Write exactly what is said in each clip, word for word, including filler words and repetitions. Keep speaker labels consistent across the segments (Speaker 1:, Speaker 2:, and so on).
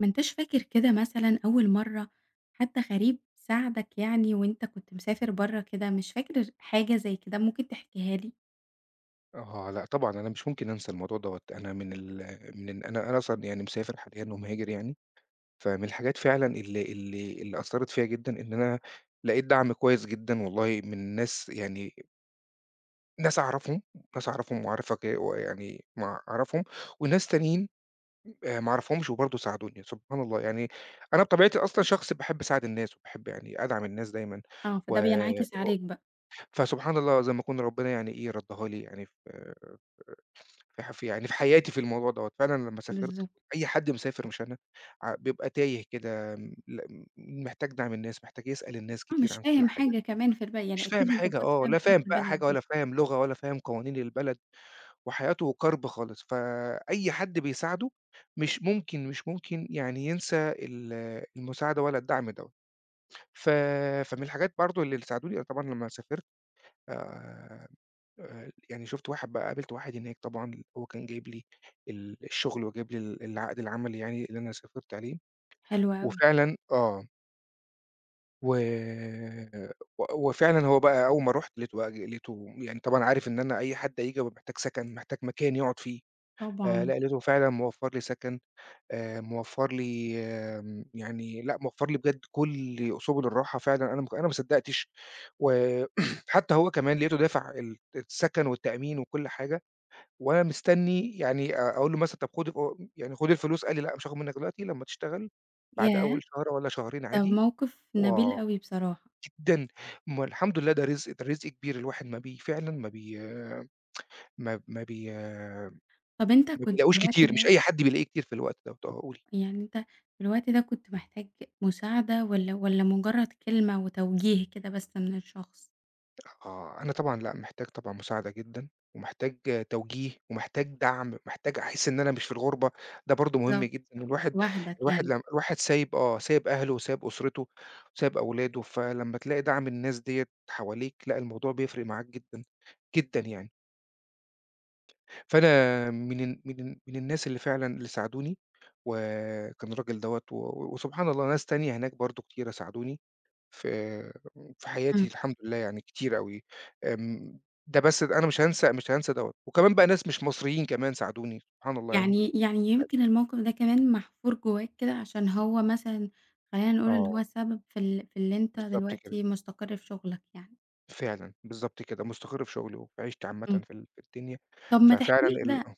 Speaker 1: ما أنتاش فاكر كده مثلًا أول مرّة حد غريب ساعدك يعني وأنت كنت مسافر برّه كده، مش فاكر حاجة زي كده ممكن تحكيها لي؟
Speaker 2: آه، لأ طبعًا، أنا مش ممكن أنسى الموضوع دوّة. أنا من ال من ال أنا أنا أصلًا يعني مسافر حاليًا ومهاجر يعني. فمن الحاجات فعلًا اللي اللي اللي أثّرت فيّا جدًا إن أنا لقيت دعم كويس جدًا والله من ناس يعني ناس أعرفهم، ناس أعرفهم وأعرف ك ويعني ما أعرفهم وناس تانيين آآ ما أعرفهمش وبرضه ساعدوني، سبحان الله يعني. أنا بطبيعتي أصلًا شخص باحب أساعد الناس وباحب يعني أدعم الناس دايمًا.
Speaker 1: آه،
Speaker 2: و
Speaker 1: فده بينعكس عليك بقى.
Speaker 2: فسبحان الله زي ما يكون ربنا يعني إيه ردّاها لي يعني في في ح في يعني في حياتي في الموضوع دوّة. فعلًا لمّا سافرت
Speaker 1: بالضبط.
Speaker 2: أي حد مسافر مش أنا ع بيبقى تايه كده م ل محتاج دعم الناس، محتاج يسأل الناس
Speaker 1: آه،
Speaker 2: كتير
Speaker 1: مش
Speaker 2: عن كل
Speaker 1: فاهم
Speaker 2: حاجة،
Speaker 1: حاجة كمان في الب
Speaker 2: مش
Speaker 1: يعني
Speaker 2: فاهم
Speaker 1: أكيد أنت ما
Speaker 2: حاجة
Speaker 1: كنتش
Speaker 2: آه،
Speaker 1: فاهم
Speaker 2: لا
Speaker 1: حاجة
Speaker 2: فاهم
Speaker 1: في
Speaker 2: بقى
Speaker 1: البلد
Speaker 2: حاجة
Speaker 1: دي.
Speaker 2: ولا فاهم لغة ولا فاهم قوانين البلد، وحياته كرب خالص، فأي حد بيساعده مش ممكن مش ممكن يعني ينسى ال المساعدة ولا الدعم دوّة. ف فمن الحاجات برضه اللي ساعدوني أنا طبعًا لمّا سافرت آآ آآ، يعني شُفت واحد بقى قابلت واحد هناك طبعًا هو كان جايب لي ال الشغل وجايب لي ال العقد العملي يعني اللي أنا سافرت عليه،
Speaker 1: حلو أوي،
Speaker 2: وفعلًا آه. و و وفعلًا هو بقى أول ما رُحت لقيته بقى ج لقيته يعني طبعًا عارف إن أنا أي حد هييجي هيبقى محتاج سكن، محتاج مكان يقعد فيه. آآ،
Speaker 1: طبعًا.
Speaker 2: لأ لقيته فعلًا موفّر لي سكن، آآ، موفّر لي آمم، يعني لأ موفّر لي بجد كل سُبل الراحة فعلًا أنا ما ك أنا ما صدّقتش. و حتى هو كمان لقيته دافع ال السكن والتأمين وكل حاجة. وأنا مستني يعني أ أقول له مثلًا طب خُد ال يعني خُد الفلوس، قال لي: "لأ، مش هاخد منّك دلوقتي، لمّا تشتغل بعد
Speaker 1: ياه!
Speaker 2: أول شهر والّا شهرين
Speaker 1: ده
Speaker 2: عادي."
Speaker 1: موقف نبيل
Speaker 2: آه،
Speaker 1: أوي بصراحة.
Speaker 2: جدًا، ما الحمد لله ده رزق، ده رزق كبير الواحد ما بي فعلًا ما بي ما ما بي
Speaker 1: طَب أنت
Speaker 2: ما
Speaker 1: كنت في
Speaker 2: بيلاقوش
Speaker 1: الوقت
Speaker 2: كتير، مش
Speaker 1: ده
Speaker 2: أي حد بيلاقيه كتير في الوقت دوّة. آه، قولي.
Speaker 1: يعني أنت في الوقت ده كنت محتاج مساعدة والّا والّا مجرّد كلمة وتوجيه كده بس من الشخص؟
Speaker 2: آه، أنا طبعًا لأ، محتاج طبعًا مساعدة جدًا، ومحتاج آه، توجيه، ومحتاج دعم، محتاج أحس إن أنا مش في الغربة، ده برضه مهم
Speaker 1: بالضبط.
Speaker 2: جدًا.
Speaker 1: مش
Speaker 2: الواحد
Speaker 1: لوحدك
Speaker 2: الواحد
Speaker 1: يعني.
Speaker 2: لم الواحد سايب آه، سايب أهله وسايب أسرته، وسايب أولاده، فلمّا تلاقي دعم الناس ديّة حواليك، لأ الموضوع بيفرق معاك جدًا، جدًا يعني. فأنا من ال من ال من الناس اللي فعلًا اللي ساعدوني، وكان الراجل دوّة و وسبحان الله ناس تانية هناك برضه كتيرة ساعدوني. في في حياتي
Speaker 1: إمم.
Speaker 2: الحمد لله يعني كتير أوي. آمم، ده بس أنا مش هانسى مش هانسى دوّة، وكمان بقى ناس مش مصريين كمان ساعدوني، سبحان الله يعني.
Speaker 1: يعني يعني يمكن الموقف ده كمان محفور جواك كده عشان هو مثلًا خلّينا نقول إن هو
Speaker 2: آه،
Speaker 1: سبب في ال في اللي أنت
Speaker 2: بالضبط كده،
Speaker 1: دلوقتي مستقر في شغلك يعني.
Speaker 2: فعلًا، بالضبط كده، مستقر في شغلي وفي عيشتي عامةً
Speaker 1: إمم.
Speaker 2: في ال في الدنيا،
Speaker 1: طب ما تحكِ
Speaker 2: ففعلًا
Speaker 1: لي
Speaker 2: ال
Speaker 1: كده
Speaker 2: آه،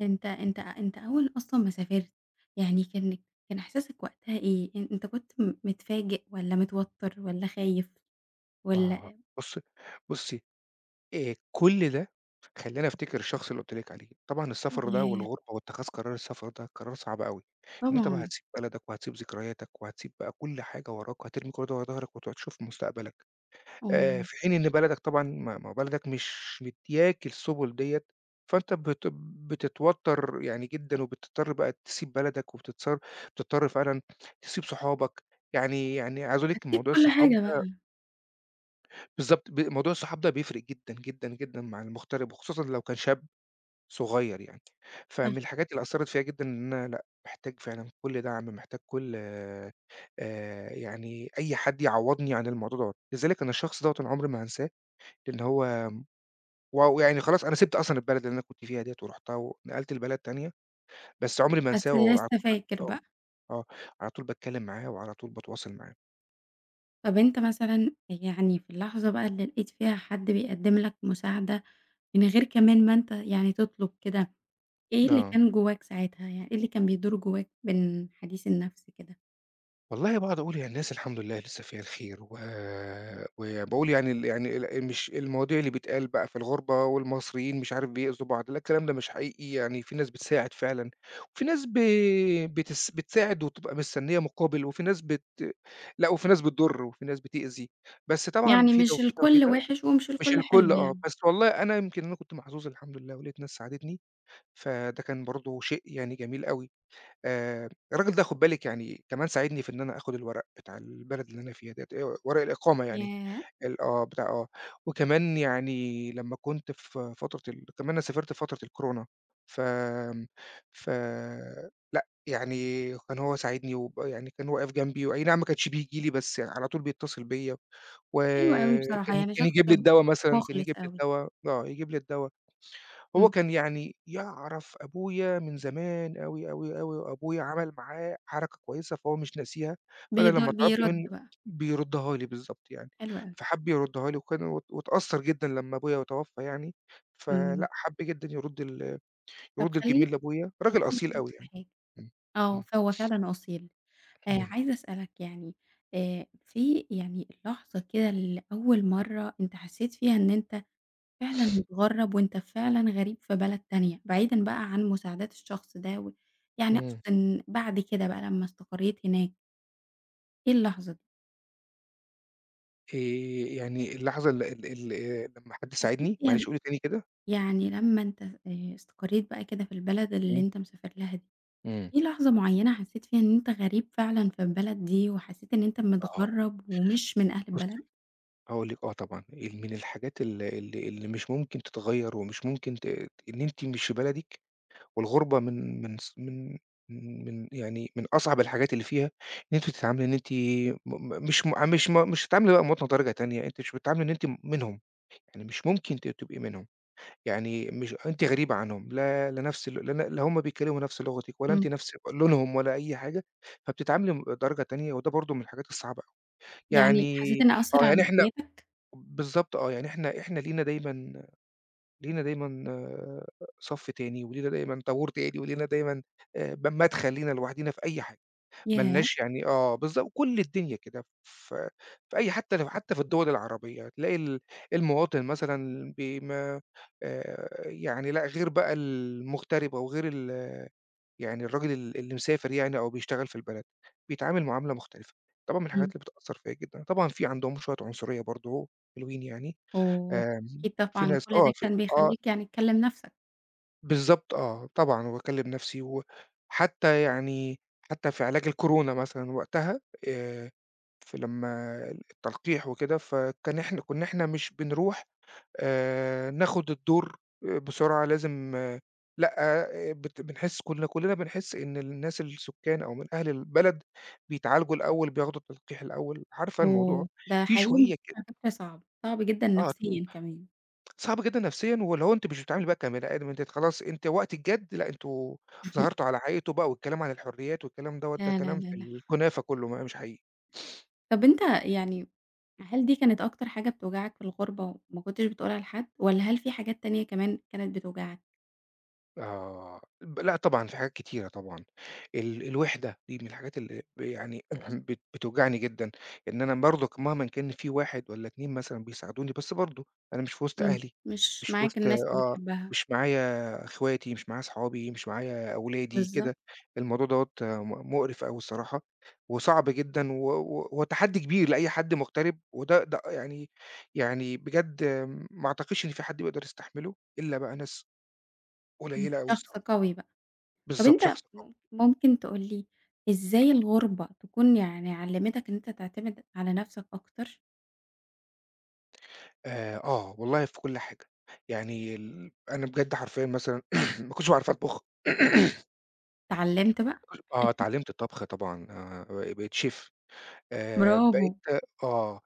Speaker 1: أنت أنت
Speaker 2: إمم.
Speaker 1: أنت أول أصلًا ما سافرت يعني كان كان إحساسك وقتها إيه؟ أن أنت كنت م متفاجئ والّا متوتر والّا خايف
Speaker 2: آه.
Speaker 1: والّا
Speaker 2: بُص بُصي آآ كل ده خلّاني أفتكر الشخص اللي قُلت لِك عليه، طبعًا السفر ده آه.
Speaker 1: ياه!
Speaker 2: والغُربة واتخاذ قرار السفر ده قرار صعب أوي، إن أنت بقى
Speaker 1: طبعًا،
Speaker 2: هتسيب بلدك وهتسيب ذكرياتك وهتسيب بقى كل حاجة وراك وهترمي كل ده ورا ضهرك وتقعد تشوف مستقبلك.
Speaker 1: آه،
Speaker 2: آآ في حين إن بلدك طبعًا ما ما هو بلدك مش مدّياك السُبُل ديّة، فأنت بت بتتوتر يعني جدًا وبتضطر بقى تسيب بلدك وبتضطر بتضطر فعلًا تسيب صحابك، يعني يعني عايز أقول لِك
Speaker 1: حسيت
Speaker 2: موضوع
Speaker 1: كل
Speaker 2: الصحاب
Speaker 1: حاجة بقى،
Speaker 2: بالضبط، ب موضوع الصحاب ده بيفرق جدًا، جدًا، جدًا مع المغترب، وخصوصًا لو كان شاب صغير يعني. فمن
Speaker 1: صح،
Speaker 2: الحاجات اللي أثّرت فيّا جدًا إن أنا لأ، محتاج فعلًا كُلّ دعم، محتاج كُلّ آآ يعني أي حد يعوّضني عن الموضوع دوّة. لذلك أنا الشخص دوّة أنا عمري ما هانساه، لإن هو و يعني خلاص أنا سِبت أصلًا البلد اللي أنا كنت فيها ديّة ورُحتها ونقلت لبلد تانية، بس عمري ما
Speaker 1: بس
Speaker 2: هانساه وعلى
Speaker 1: لسه
Speaker 2: طول بت
Speaker 1: فاكر
Speaker 2: آه،
Speaker 1: بقى.
Speaker 2: آه، على طول باتكلّم معاه وعلى طول باتواصل معاه.
Speaker 1: طب أنت مثلًا يعني في اللحظة بقى اللي لقيت فيها حد بيقدّم لك مساعدة من غير كمان ما أنت يعني تطلب كده، إيه اللي
Speaker 2: آه.
Speaker 1: كان جواك ساعتها، يعني إيه اللي كان بيدور جواك من حديث النفس كده؟
Speaker 2: والله باقعد أقول هي الناس الحمد لله لسه فيها الخير، و وباقول يعني ال يعني ال مش المواضيع اللي بيتقال بقى في الغُربة والمصريين مش عارف بيأذوا بعض، لأ الكلام ده مش حقيقي، يعني في ناس بتساعد فعلًا، وفي ناس ب بتس بتساعد وتبقى مستنية مقابل، وفي ناس بت لأ وفي ناس بتضُر، وفي ناس بتأذي، بس طبعًا
Speaker 1: يعني
Speaker 2: في ده
Speaker 1: مش
Speaker 2: وفي ده وفي
Speaker 1: الكل
Speaker 2: ده.
Speaker 1: وِحِش ومش
Speaker 2: مش
Speaker 1: الكل
Speaker 2: الكل
Speaker 1: حلو
Speaker 2: آه،
Speaker 1: يعني.
Speaker 2: بس والله أنا يمكن أنا كنت محظوظ الحمد لله، ولقيت ناس ساعدتني، فده كان برضه شيء يعني جميل أوي. آآ الراجل ده خُد بالِك يعني كمان ساعدني في إن أنا آخُد الورق بتاع البلد اللي أنا فيها ديّة، آآ ورق الإقامة يعني
Speaker 1: ياه!
Speaker 2: ال آه، بتاع آه. وكمان يعني لمّا كنت في فترة ال كمان أنا سافرت في فترة الكورونا، فآمم ف لأ، يعني كان هو ساعدني وب يعني كان واقف جنبي وأي نعم ما كانش بييجي لي، بس يعني على طول بيتصل بيّا
Speaker 1: حلو أوي بصراحة،
Speaker 2: وكان ي
Speaker 1: يعني
Speaker 2: كان
Speaker 1: شخص
Speaker 2: يجيب لي الدوا مثلًا، كان
Speaker 1: مُخلص
Speaker 2: يجيب لي
Speaker 1: أوي.
Speaker 2: الدوا آه، يجيب لي الدوا. هو
Speaker 1: إمم.
Speaker 2: كان يعني يعرف أبويا من زمان أوي، أوي، أوي، وأبويا عمل معاه حركة كويسة فهو مش ناسيها، فأنا
Speaker 1: بيض
Speaker 2: لمّا طلبت
Speaker 1: بيرُد
Speaker 2: منه
Speaker 1: بقى،
Speaker 2: بيردّها لي بالضبط يعني،
Speaker 1: حلو أوي.
Speaker 2: فحَب يردّها لي وكان وات واتأثّر جدًا لمّا أبويا توفّى يعني،
Speaker 1: إمم.
Speaker 2: فلأ حَب جدًا يرُد ال
Speaker 1: طب
Speaker 2: يرُد
Speaker 1: خلّيني
Speaker 2: الجميل لأبويا، راجل
Speaker 1: خلّيني
Speaker 2: أصيل
Speaker 1: أسألك
Speaker 2: أوي
Speaker 1: على
Speaker 2: يعني.
Speaker 1: حاجة.
Speaker 2: إمم،
Speaker 1: آه،
Speaker 2: إمم،
Speaker 1: فهو فعلًا أصيل. آآ
Speaker 2: إمم،
Speaker 1: عايزة أسألك يعني آآ في يعني اللحظة كده اللي أول مرّة أنت حسّيت فيها إن أنت فعلًا متغرّب وأنت فعلًا غريب في بلد تانية، بعيدًا بقى عن مساعدات الشخص ده و يعني أقصد
Speaker 2: إمم.
Speaker 1: إن بعد كده بقى لمّا استقريت هناك، إيه اللحظة دي؟
Speaker 2: آآ يعني اللحظة ال ال ال لمّا حد
Speaker 1: حسّيت
Speaker 2: ساعدني،
Speaker 1: فيها ب
Speaker 2: معلش قولي تاني كده؟
Speaker 1: يعني لمّا أنت آآ استقريت بقى كده في البلد اللي
Speaker 2: إمم،
Speaker 1: أنت مسافر لها دي،
Speaker 2: إمم،
Speaker 1: في لحظة معيّنة حسّيت فيها إن أنت غريب فعلًا في البلد دي وحسّيت إن أنت
Speaker 2: آه،
Speaker 1: متغرّب ومش من أهل
Speaker 2: بُصّي
Speaker 1: البلد؟
Speaker 2: هاقول لِك آه طبعًا، ال من الحاجات ال اللي اللي مش ممكن تتغيّر ومش ممكن ت إن أنتِ مش في بلدِك والغُربة من من ص من من يعني من أصعب الحاجات اللي فيها إن أنتِ بتتعاملي إن أنتِ م م مش م مش م مش هتتعاملي بقى مواطنة درجة تانية، أنتِ مش بتتعاملي إن أنتِ منهم، يعني مش ممكن ت تبقي منهم، يعني مش أنتِ غريبة عنهم، لا لا نفس ال لا لا هُم بيتكلموا نفس لغتِك ولا أنتِ نفس لونهم ولا أي حاجة، فبتتعاملي م درجة تانية وده برضه من الحاجات الصعبة أوي،
Speaker 1: يعني حسيت
Speaker 2: يعني
Speaker 1: إنه أثّر
Speaker 2: آه،
Speaker 1: على
Speaker 2: يعني إحنا
Speaker 1: نفسيتك؟
Speaker 2: بالضبط آه، يعني إحنا إحنا لينا دايمًا لينا دايمًا آه، صَف تاني، ولينا دايمًا طابور تاني، ولينا دايمًا آآ ب مدخل لينا لوحدينا في أي حاجة، ما
Speaker 1: ياه!
Speaker 2: لناش يعني آه بالضبط، كل الدنيا كده في في أي حتى لو حتى في الدول العربية، هتلاقي ال المواطن مثلًا بي ما آآ يعني لأ، غير بقى المغترب أو غير ال يعني الراجل ال اللي مسافر يعني أو بيشتغل في البلد، بيتعامل معاملة مختلفة. طبعًا من الحاجات
Speaker 1: إمم.
Speaker 2: اللي بتأثّر فيّا جدًا، طبعًا في عندهم شوية عنصرية برضه حلوين يعني.
Speaker 1: أوه!
Speaker 2: آمم،
Speaker 1: أكيد
Speaker 2: في
Speaker 1: طبعًا
Speaker 2: ناس
Speaker 1: كل ده
Speaker 2: آه، في
Speaker 1: كان
Speaker 2: آه،
Speaker 1: بيخلّيك يعني تكلّم نَفْسك.
Speaker 2: بالضبط آه، طبعًا وباكلّم نَفْسي وحتى يعني حتى في علاج الكورونا مثلًا وقتها آآ، فلمّا التلقيح وكده، فكان إحنا كُنّا إحنا مش بنروح آآ، ناخُد الدور بسرعة لازم لأ، بت بنحس كُنّا كُلّنا بنحس إن الناس السُكّان أو من أهل البلد بيتعالجوا الأول، بياخدوا التلقيح الأول، عارفة الموضوع
Speaker 1: أوه! ده
Speaker 2: فيه
Speaker 1: حقيقي الموضوع
Speaker 2: شوية كده
Speaker 1: على فكرة صعب، صعب جدًا
Speaker 2: آه.
Speaker 1: نفسيًا كمان.
Speaker 2: صعب جدًا نفسيًا، واللي هو أنتِ مش بتتعاملي بقى كبني آدم، أنتِ خلاص أنتِ وقت الجد لأ أنتم ظهرتوا على حقيقته بقى، والكلام عن الحريات والكلام دوّة ده
Speaker 1: لا، لا،
Speaker 2: كلام
Speaker 1: لا،
Speaker 2: في
Speaker 1: لا.
Speaker 2: الكنافة كلّه، ما مش حقيقي.
Speaker 1: طَب أنت يعني هل دي كانت أكتر حاجة بتوجعك في الغُربة وما كنتش بتقولها لحد والّا هل في حاجات تانية كمان كانت بتوجعك؟
Speaker 2: آه، ب لأ طبعًا في حاجات كتيرة طبعًا، ال الوِحدة دي من الحاجات اللي ب يعني بت بتوجعني جدًا، إن أنا برضه ك مهمًا كان في واحد والّا اتنين مثلًا بيساعدوني، بس برضه أنا مش في وسط
Speaker 1: إمم.
Speaker 2: أهلي،
Speaker 1: مش
Speaker 2: مش في
Speaker 1: معاك
Speaker 2: وسط
Speaker 1: الناس اللي
Speaker 2: آه،
Speaker 1: بتحبها.
Speaker 2: مش معايا إخواتي، مش معايا أصحابي، مش معايا أولادي
Speaker 1: بالضبط.
Speaker 2: كده. الموضوع دوّة م مقرِف أوي الصراحة، وصعب جدًا و و وتحدي كبير لأي حد مغترب، وده ده يعني يعني بجد آه، ما أعتقدش إن في حد بيقدر يستحمله إلا بقى ناس
Speaker 1: إمم.
Speaker 2: قليلة أوي
Speaker 1: شخص
Speaker 2: الصراحة.
Speaker 1: قوي بقى. طب
Speaker 2: بالضبط،
Speaker 1: أنت
Speaker 2: شخص قوي.
Speaker 1: م ممكن تقول لي إزاي الغُربة تكون يعني علّمتك إن أنت تعتمد على نَفْسك أكتر؟
Speaker 2: آآ آه، والله في كل حاجة. يعني ال أنا بجد حرفيًا مثلًا ما كنتش باعرف أطبخ.
Speaker 1: اتعلّمت بقى؟
Speaker 2: آه، اتعلّمت الطبخ طبعًا آآ بقيت chef، آآ
Speaker 1: برافو،
Speaker 2: بقيت آه،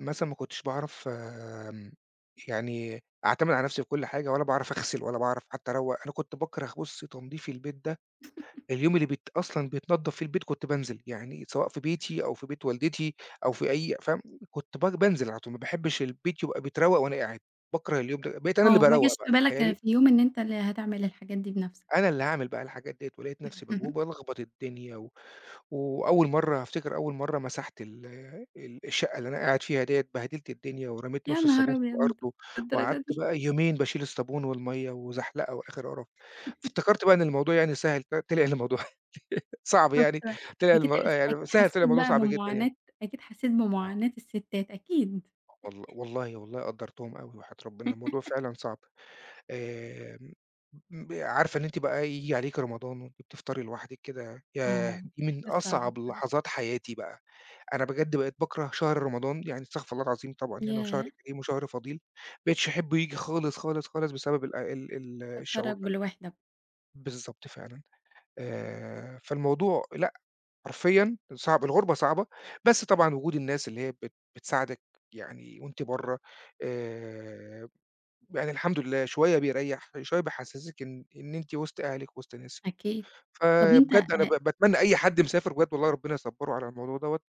Speaker 2: مثلًا ما كنتش باعرف آمم يعني أعتمد على نَفْسي في كل حاجة ولا باعرف أغسل ولا باعرف حتى أروّق. أنا كنت باكره بُصّ تنضيف البيت ده، اليوم اللي بيت أصلًا بيتنضّف فيه البيت كنت بانزل، يعني سواء في بيتي أو في بيت والدتي أو في أي فاهم، كنت ب بانزل على طول، ما باحبش البيت يبقى بيتروّق وأنا قاعد، باكره اليوم ده، بقيت أنا اللي
Speaker 1: آه، ما
Speaker 2: باروّق
Speaker 1: جاش في
Speaker 2: بقى
Speaker 1: بالك
Speaker 2: تخيّلي!
Speaker 1: في يوم إن أنت اللي هتعمل الحاجات دي بنَفْسك.
Speaker 2: أنا اللي هاعمل بقى الحاجات ديّة، ولقيت نفسي باجو بالخبط الدنيا، و وأول مرّة هافتكر أول مرّة مسحت ال ال الشقة اللي أنا قاعد فيها ديّة، بهدلت الدنيا ورميت
Speaker 1: يا
Speaker 2: نُص
Speaker 1: نهار
Speaker 2: الصابون في
Speaker 1: أبيض!
Speaker 2: الأرض، و- وقعدت
Speaker 1: للدرجة دي!
Speaker 2: بقى يومين باشيل الصابون والمَيّة وزحلقة وآخر قرف، فافتكرت بقى إن الموضوع يعني سهل ط طلع الموضوع صعب
Speaker 1: شُفت
Speaker 2: يعني، طلع
Speaker 1: أكيد
Speaker 2: الم
Speaker 1: حس
Speaker 2: يعني
Speaker 1: أكيد
Speaker 2: سهل طلع
Speaker 1: حسّيت
Speaker 2: الموضوع
Speaker 1: بقى
Speaker 2: صعب جدًا يعني.
Speaker 1: بمعاناة أكيد حسّيت
Speaker 2: آه،
Speaker 1: بمعاناة الستات أكيد.
Speaker 2: والل والله، والله قدّرتهم أوي وحياة ربنا، الموضوع فعلًا صعب. آمم، ب عارفة إن أنتِ بقى ييجي عليكِ رمضان وأنتِ بتفطري لوحدِك كده،
Speaker 1: آه،
Speaker 2: ياه! دي من
Speaker 1: إحساس صعب
Speaker 2: أصعب
Speaker 1: بصراحة.
Speaker 2: لحظات حياتي بقى. أنا بجد بقيت باكره شهر رمضان، يعني استغفر الله العظيم طبعًا يعني هو شهر
Speaker 1: ياه!
Speaker 2: كريم وشهر فضيل، ما بقيتش أحبه ييجي خالص، خالص، خالص بسبب ال ال ال الشعور
Speaker 1: بيفكّرك
Speaker 2: ده.
Speaker 1: بالوِحدة،
Speaker 2: بالضبط فعلًا. آآ، فالموضوع لأ حرفيًا صعب، الغُربة صعبة، بس طبعًا وجود الناس اللي هي بت بتساعدك يعني وأنتِ برّه آآ، يعني الحمد لله شوية بيريّح، شوية بيحسّسِك إن إن أنتِ وسط أهلِك، وسط ناسِك.
Speaker 1: أكيد. طب أنت
Speaker 2: فبجد أنا ب باتمنى أي حد مسافر بجد والله ربنا يصبّره على الموضوع دوّة،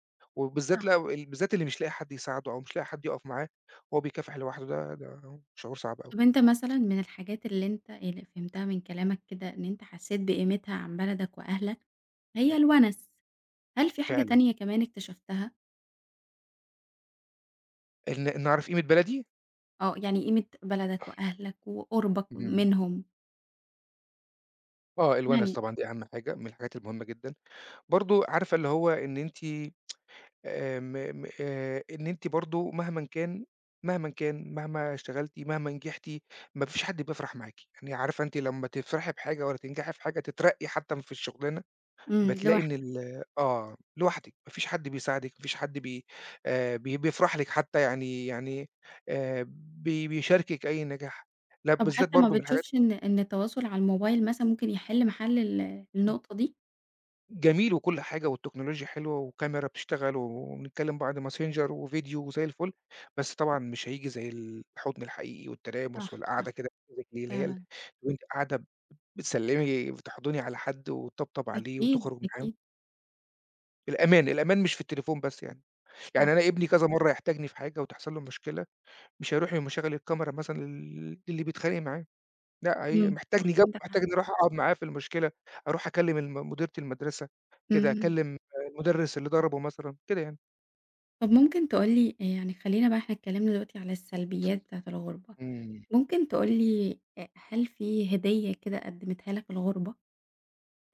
Speaker 1: أ
Speaker 2: وبالذات لأ ال بالذات اللي مش لاقي حد يساعده أو مش لاقي حد يُقف معاه وهو بيكافح لوحده، ده ده شعور صعب أوي.
Speaker 1: طب أنت مثلًا من الحاجات اللي أنت اللي فهمتها من كلامك كده إن أنت حسيت بقيمتها عن بلدك وأهلك، هي
Speaker 2: أيوه
Speaker 1: الونس، هل في حاجة
Speaker 2: فعلًا.
Speaker 1: تانية كمان اكتشفتها؟
Speaker 2: إن إن أعرف قيمة بلدي؟
Speaker 1: آه، يعني قيمة بلدك وأهلك وقُربك
Speaker 2: إمم.
Speaker 1: منهم،
Speaker 2: آه الونس
Speaker 1: يعني
Speaker 2: طبعًا دي أهم حاجة، من الحاجات المهمة جدًا. برضه عارفة اللي هو إن أنتِ آآ م م آآ إن أنتِ برضه مهمًا كان مهمًا كان، مهما اشتغلتِ، مهما نجحتِ، ما فيش حد بيفرح معاكِ، يعني عارفة أنتِ لمّا تفرحي بحاجة والّا تنجحي في حاجة، تترقّي حتى في الشغلانة،
Speaker 1: إمم،
Speaker 2: بتلاقي إن
Speaker 1: لوحدك،
Speaker 2: ال آه، لوحدِك، ما فيش حد بيساعدِك، ما فيش حد بي آآ بي بيفرح لِك حتى يعني يعني آآ بي بيشاركِك أي نجاح، لأ
Speaker 1: طب
Speaker 2: بالذات
Speaker 1: حتى ما
Speaker 2: برضه من الحاجات
Speaker 1: بتشوفش إن إن التواصل على الموبايل مثلًا ممكن يحل محل ال النقطة دي؟
Speaker 2: جميل وكل حاجة والتكنولوجيا حلوة وكاميرا بتشتغل وبنتكلم بعد ماسنجر وفيديو وزي الفل، بس طبعًا مش هييجي زي الحُضن الحقيقي والتلامس
Speaker 1: صح، صح،
Speaker 2: والقعدة كده physically اللي هي ال
Speaker 1: فعلًا،
Speaker 2: وأنتِ قاعدة بتسلِّمي بتحُضني على حد وتطبطب عليه
Speaker 1: أكيد،
Speaker 2: وتخرج معاه،
Speaker 1: أكيد،
Speaker 2: الأمان، الأمان مش في التليفون بس يعني، يعني
Speaker 1: صح،
Speaker 2: أنا ابني كذا مرّة يحتاجني في حاجة وتحصل له مشكلة، مش هيروح يقوم مشغّل الكاميرا مثلًا لل للي بيتخانق معاه. لأ، هي
Speaker 1: إمم.
Speaker 2: محتاجني
Speaker 1: صح.
Speaker 2: جنبه،
Speaker 1: عندك حق،
Speaker 2: محتاجني أروح أقعد معاه في المشكلة، أروح أكلم الم مديرة المدرسة
Speaker 1: إمم،
Speaker 2: كده،
Speaker 1: إمم.
Speaker 2: أكلم المدرس اللي ضربه مثلًا، كده يعني.
Speaker 1: طب ممكن تقول لي يعني خلّينا بقى إحنا اتكلمنا دلوقتي على السلبيات بتاعة الغُربة،
Speaker 2: إمم،
Speaker 1: ممكن تقول لي أ هل في هدية كده قدّمتها لك الغُربة؟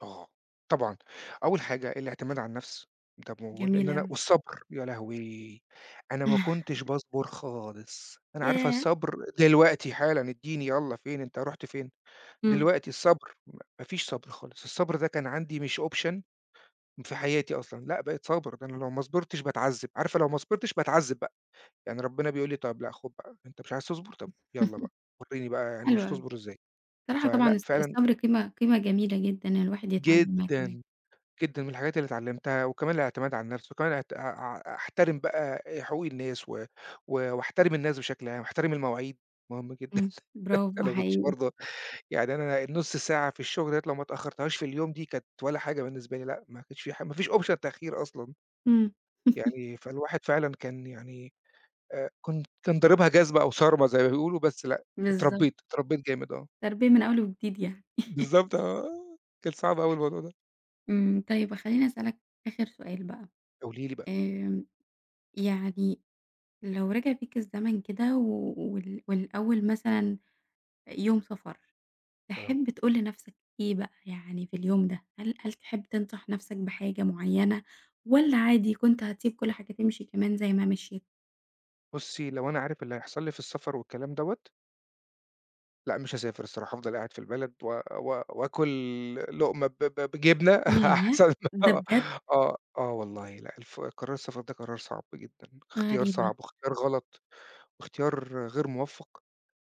Speaker 2: آه. طبعًا، أول حاجة الاعتماد على النفس، ده موجود
Speaker 1: جميل
Speaker 2: لإن أنا
Speaker 1: أوي.
Speaker 2: والصبر، يا لهوي! أنا ما كنتش باصبر خالص، أنا عارفة
Speaker 1: ياه!
Speaker 2: الصبر دلوقتي حالًا ادّيني يالّا فين، أنت رُحت فين؟
Speaker 1: إمم.
Speaker 2: دلوقتي الصبر م ما فيش صبر خالص، الصبر ده كان عندي مش option في حياتي أصلًا، لأ بقيت صابر، ده أنا لو ما صبرتش باتعذب، عارفة لو ما صبرتش باتعذب بقى. يعني ربنا بيقول لي: "طب لأ خُد بقى، أنت مش عايز تصبر؟ طب يالّا بقى، ورّيني بقى يعني
Speaker 1: حلو
Speaker 2: مش
Speaker 1: أوي.
Speaker 2: هتصبر إزاي."
Speaker 1: بصراحة طبعًا
Speaker 2: فلأ
Speaker 1: الص
Speaker 2: فعلًا
Speaker 1: الصبر قيمة قيمة جميلة جدًا الواحد يتعلّمها كمان.
Speaker 2: جدًا، جدًا من الحاجات اللي اتعلّمتها وكمان الاعتماد على النَفْس وكمان اعت أ أ أحترم بقى حقوق الناس و و واحترم الناس بشكل عام، واحترم المواعيد مهم جدًا،
Speaker 1: إمم. برافو
Speaker 2: أنا ما كنتش
Speaker 1: حقيقي.
Speaker 2: برضه يعني أنا النُص ساعة في الشُغل ديّة لو ما اتأخّرتهاش في اليوم دي كانت ولا حاجة بالنسبة لي، لأ ما كانش في ح ما فيش option تأخير أصلًا،
Speaker 1: إمم.
Speaker 2: يعني فالواحد فعلًا كان يعني آآ كنت كان ضاربها جزمة أو صارمة زي ما بيقولوا، بس لأ،
Speaker 1: بالضبط.
Speaker 2: اتربّيت، اتربّيت جامد آه.
Speaker 1: تربية من أول وجديد يعني.
Speaker 2: بالضبط آه، كان صعب أوي الموضوع ده.
Speaker 1: إمم، طيب خلّيني أسألك آخر سؤال بقى،
Speaker 2: قولي لي بقى.
Speaker 1: آمم يعني لو رجع بيك الزمن كده و وال والأول مثلًا يوم سفر
Speaker 2: آه.
Speaker 1: تحب تقول لنفسك إيه بقى يعني في اليوم ده؟ هل هل تحب تنصح نفسك بحاجة معينة والّا عادي كنت هتسيب كل حاجة تمشي كمان زي ما مشيت؟
Speaker 2: بُصّي، لو أنا عارف اللي هيحصل لي في السفر والكلام دوّة، لأ مش هاسافر الصراحة، هافضل قاعد في البلد و و وآكل لقمة ب ب بجبنة
Speaker 1: ياه!
Speaker 2: أحسن
Speaker 1: ده
Speaker 2: آه،
Speaker 1: بجد
Speaker 2: آه، آه والله لأ، الف قرار السفر ده قرار صعب جدًا، اختيار
Speaker 1: غريبة،
Speaker 2: صعب واختيار غلط واختيار غير موفّق،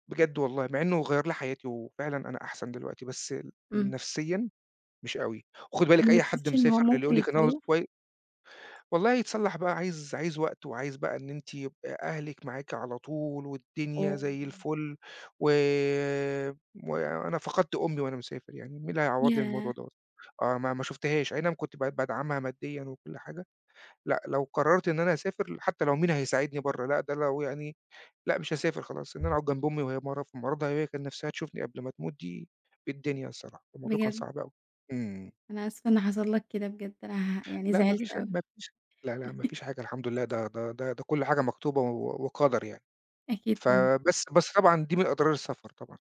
Speaker 2: بجد والله مع إنه غيّر لي حياتي وفعلًا أنا أحسن دلوقتي، بس ال
Speaker 1: إمم.
Speaker 2: نفسيًا مش أوي، وخدي
Speaker 1: طب
Speaker 2: بالِك
Speaker 1: ما
Speaker 2: أي حد
Speaker 1: بتشوفش إن هو
Speaker 2: مسافر اللي
Speaker 1: ممكن
Speaker 2: يقول لِك أنا عاوز
Speaker 1: يتصلح؟
Speaker 2: كوي والله يتصلّح بقى عايز عايز وقت، وعايز بقى إن أنتِ يبقى أهلِك معاكِ على طول، والدنيا
Speaker 1: أوه!
Speaker 2: زي الفل، و وأنا فقدت أمي وأنا مسافر يعني، مين اللي هيعوّض لي
Speaker 1: ياه!
Speaker 2: الموضوع دوّة؟ آه، ما ما شُفتهاش، أي نعم كنت ب بادعمها ماديًا وكل حاجة، لأ لو قررت إن أنا أسافر حتى لو مين هيساعدني برّه، لأ ده لو يعني لأ مش هاسافر خلاص، إن أنا أقعد جنب أمي وهي مرض في مرضها، هي كان نفسها تشوفني قبل ما تموت دي بالدنيا الصراحة، الموضوع كان
Speaker 1: بجد
Speaker 2: صعب أوي. إمم.
Speaker 1: أنا آسفة إن حصل لك كده بجد أنا ه يعني
Speaker 2: لأ ما
Speaker 1: زعلت
Speaker 2: فيش
Speaker 1: أوي.
Speaker 2: ما فيش لا، لأ ما فيش حاجة الحمد لله، ده ده ده ده كل حاجة مكتوبة و وقدر يعني.
Speaker 1: أكيد طبعًا،
Speaker 2: فبس بس طبعًا دي من أضرار السفر طبعًا،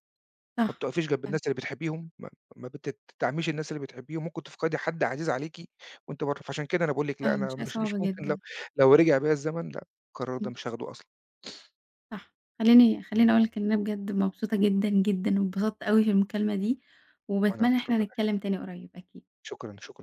Speaker 2: ما
Speaker 1: صح،
Speaker 2: بتقفيش جنب
Speaker 1: فعلًا،
Speaker 2: الناس اللي بتحبيهم، ما ما بتدعميش الناس اللي بتحبيهم، ممكن تفقدي حد عزيز عليكِ وأنتِ برّه، فعشان كده أنا باقول لِك لأ
Speaker 1: فعلًا
Speaker 2: أنا
Speaker 1: شيء
Speaker 2: مش
Speaker 1: صعب
Speaker 2: مش ممكن لو
Speaker 1: جدًا.
Speaker 2: لو رجع بيّا الزمن لأ، القرار ده
Speaker 1: إمم.
Speaker 2: مش هاخده أصلًا.
Speaker 1: صح. خلّيني خلّيني
Speaker 2: إمم.
Speaker 1: أقول لِك إن أنا بجد مبسوطة جدًا، جدًا، واتبسطت أوي في المكالمة دي،
Speaker 2: وأنا
Speaker 1: وباتمنى إن
Speaker 2: أكتر،
Speaker 1: إحنا
Speaker 2: ربنا
Speaker 1: نتكلم
Speaker 2: يخليك.
Speaker 1: تاني قريب أكيد.
Speaker 2: شكرًا، شكرًا.